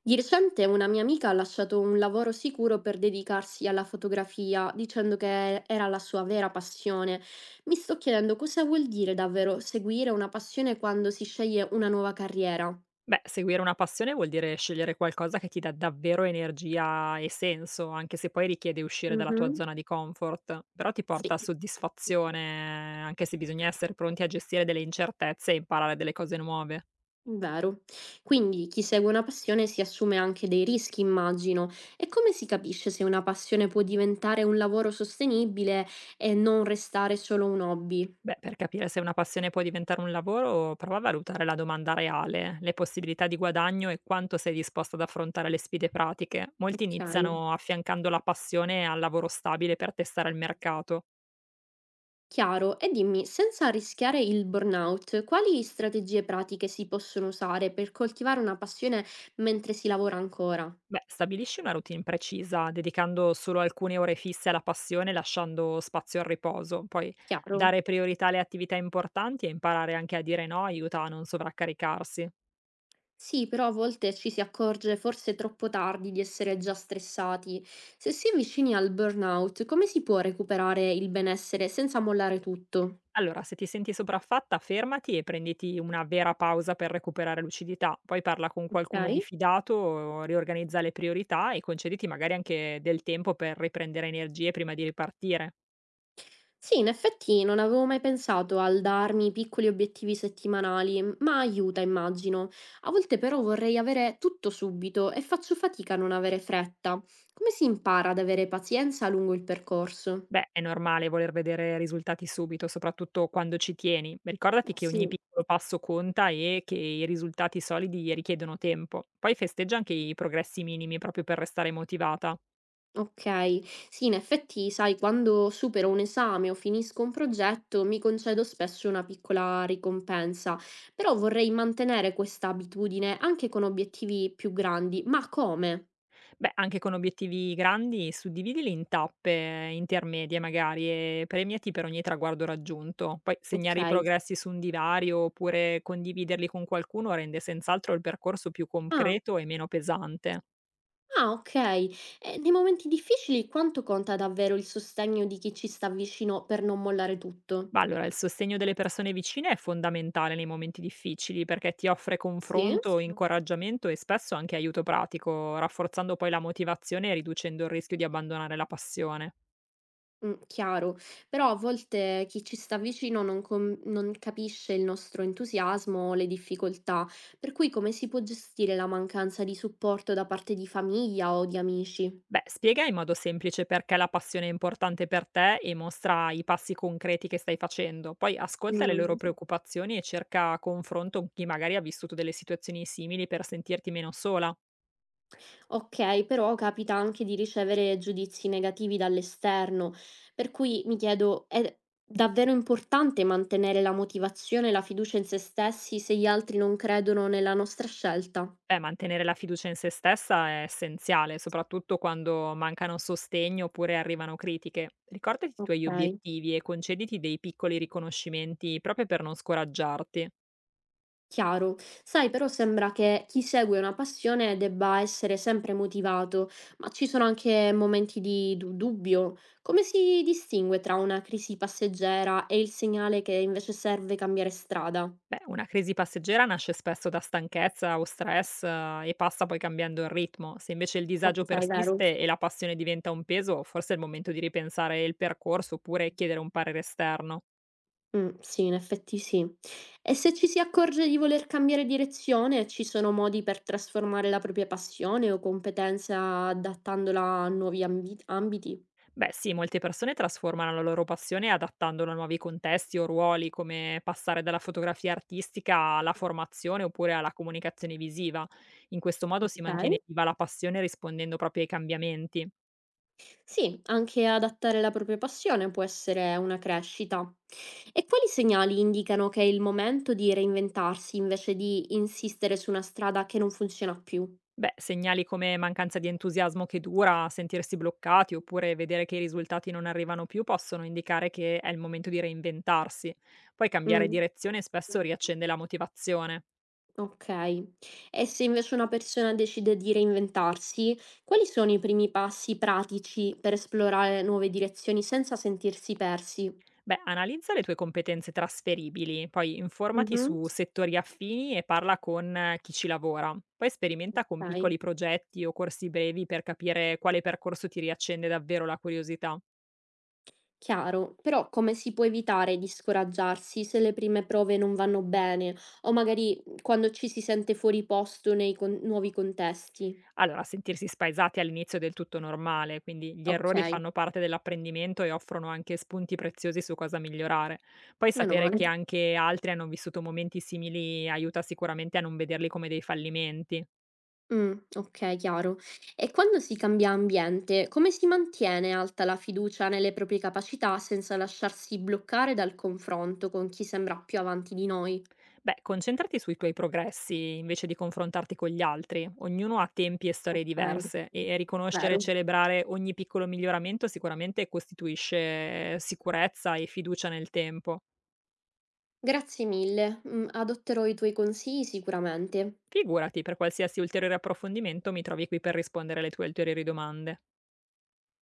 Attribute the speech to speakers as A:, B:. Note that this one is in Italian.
A: Di recente una mia amica ha lasciato un lavoro sicuro per dedicarsi alla fotografia, dicendo che era la sua vera passione. Mi sto chiedendo cosa vuol dire davvero seguire una passione quando si sceglie una nuova carriera.
B: Beh, seguire una passione vuol dire scegliere qualcosa che ti dà davvero energia e senso, anche se poi richiede uscire dalla tua
A: Mhm.
B: zona di comfort, però ti
A: Sì,
B: porta a soddisfazione, anche se bisogna essere pronti a gestire delle incertezze e imparare delle cose nuove.
A: vero. Quindi chi segue una passione si assume anche dei rischi, immagino. E come si capisce se una passione può diventare un lavoro sostenibile e non restare solo un hobby?
B: Beh, per capire se una passione può diventare un lavoro, prova a valutare la domanda reale, le possibilità di guadagno e quanto sei disposto ad affrontare le sfide pratiche. Molti
A: Ok.
B: iniziano affiancando la passione al lavoro stabile per testare il mercato.
A: Chiaro, e dimmi, senza rischiare il burnout, quali strategie pratiche si possono usare per coltivare una passione mentre si lavora ancora?
B: Beh, stabilisci una routine precisa, dedicando solo alcune ore fisse alla passione, lasciando spazio al riposo. Poi
A: Chiaro?
B: dare priorità alle attività importanti e imparare anche a dire no aiuta a non sovraccaricarsi.
A: Sì, però a volte ci si accorge forse troppo tardi di essere già stressati. Se si è vicini al burnout, come si può recuperare il benessere senza mollare tutto?
B: Allora, se ti senti sopraffatta, fermati e prenditi una vera pausa per recuperare lucidità. Poi parla con qualcuno di
A: Ok.
B: fidato, riorganizza le priorità e concediti magari anche del tempo per riprendere energie prima di ripartire.
A: Sì, in effetti non avevo mai pensato al darmi piccoli obiettivi settimanali, ma aiuta, immagino. A volte però vorrei avere tutto subito e faccio fatica a non avere fretta. Come si impara ad avere pazienza lungo il percorso?
B: Beh, è normale voler vedere risultati subito, soprattutto quando ci tieni.
A: Eh
B: Ricordati che ogni
A: sì.
B: piccolo passo conta e che i risultati solidi richiedono tempo. Poi festeggia anche i progressi minimi proprio per restare motivata.
A: Ok, sì, in effetti, sai, quando supero un esame o finisco un progetto, mi concedo spesso una piccola ricompensa, però vorrei mantenere questa abitudine anche con obiettivi più grandi. Ma come?
B: Beh, anche con obiettivi grandi, suddividili in tappe intermedie magari e premiati per ogni traguardo raggiunto. Poi
A: Ok.
B: segnare i progressi su un divario oppure condividerli con qualcuno rende senz'altro il percorso più
A: Ah.
B: concreto e meno pesante.
A: Ah, okay. E nei momenti difficili quanto conta davvero il sostegno di chi ci sta vicino per non mollare tutto?
B: Bah, allora il sostegno delle persone vicine è fondamentale nei momenti difficili perché ti offre
A: Sì?
B: confronto, incoraggiamento e spesso anche aiuto pratico, rafforzando poi la motivazione e riducendo il rischio di abbandonare la passione.
A: Chiaro. Però a volte chi ci sta vicino non capisce il nostro entusiasmo o le difficoltà, per cui come si può gestire la mancanza di supporto da parte di famiglia o di amici?
B: Beh, spiega in modo semplice perché la passione è importante per te e mostra i passi concreti che stai facendo. Poi ascolta le
A: Mh.
B: loro preoccupazioni e cerca confronto con chi magari ha vissuto delle situazioni simili per sentirti meno sola.
A: Okay, però capita anche di ricevere giudizi negativi dall'esterno, per cui mi chiedo: è davvero importante mantenere la motivazione e la fiducia in se stessi se gli altri non credono nella nostra scelta?
B: Mantenere la fiducia in se stessa è essenziale, soprattutto quando mancano sostegno oppure arrivano critiche. Ricordati i tuoi
A: Okay,
B: obiettivi e concediti dei piccoli riconoscimenti proprio per non scoraggiarti.
A: chiaro. Sai, però sembra che chi segue una passione debba essere sempre motivato, ma ci sono anche momenti di du dubbio. Come si distingue tra una crisi passeggera e il segnale che invece serve cambiare strada?
B: Beh, una crisi passeggera nasce spesso da stanchezza o stress e passa poi cambiando il ritmo. Se invece il disagio
A: Okay, vero.
B: persiste e la passione diventa un peso, forse è il momento di ripensare il percorso oppure chiedere un parere esterno.
A: Sì, in effetti sì. E se ci si accorge di voler cambiare direzione, ci sono modi per trasformare la propria passione o competenza adattandola a nuovi ambiti?
B: Beh sì, molte persone trasformano la loro passione adattandola a nuovi contesti o ruoli, come passare dalla fotografia artistica alla formazione oppure alla comunicazione visiva. In questo modo si
A: Okay.
B: mantiene viva la passione rispondendo proprio ai cambiamenti.
A: Sì, anche adattare la propria passione può essere una crescita. E quali segnali indicano che è il momento di reinventarsi invece di insistere su una strada che non funziona più?
B: Beh, segnali come mancanza di entusiasmo che dura, sentirsi bloccati oppure vedere che i risultati non arrivano più possono indicare che è il momento di reinventarsi. Poi cambiare
A: Mh.
B: direzione spesso riaccende la motivazione.
A: Okay. E se invece una persona decide di reinventarsi, quali sono i primi passi pratici per esplorare nuove direzioni senza sentirsi persi?
B: Beh, analizza le tue competenze trasferibili, poi informati
A: Mh-mh.
B: su settori affini e parla con chi ci lavora. Poi sperimenta con
A: Okay.
B: piccoli progetti o corsi brevi per capire quale percorso ti riaccende davvero la curiosità.
A: Chiaro, però come si può evitare di scoraggiarsi se le prime prove non vanno bene o magari quando ci si sente fuori posto nei con nuovi contesti?
B: Allora, sentirsi spaesati all'inizio è del tutto normale, quindi gli errori
A: Okay,
B: fanno parte dell'apprendimento e offrono anche spunti preziosi su cosa migliorare. Poi
A: meno
B: sapere
A: male.
B: che anche altri hanno vissuto momenti simili aiuta sicuramente a non vederli come dei fallimenti.
A: Okay, chiaro. E quando si cambia ambiente, come si mantiene alta la fiducia nelle proprie capacità senza lasciarsi bloccare dal confronto con chi sembra più avanti di noi?
B: Beh, concentrati sui tuoi progressi invece di confrontarti con gli altri. Ognuno ha tempi e storie
A: Okay,
B: diverse e riconoscere e
A: vero.
B: celebrare ogni piccolo miglioramento sicuramente costituisce sicurezza e fiducia nel tempo.
A: Grazie mille, adotterò i tuoi consigli sicuramente.
B: Figurati, per qualsiasi ulteriore approfondimento mi trovi qui per rispondere alle tue ulteriori domande.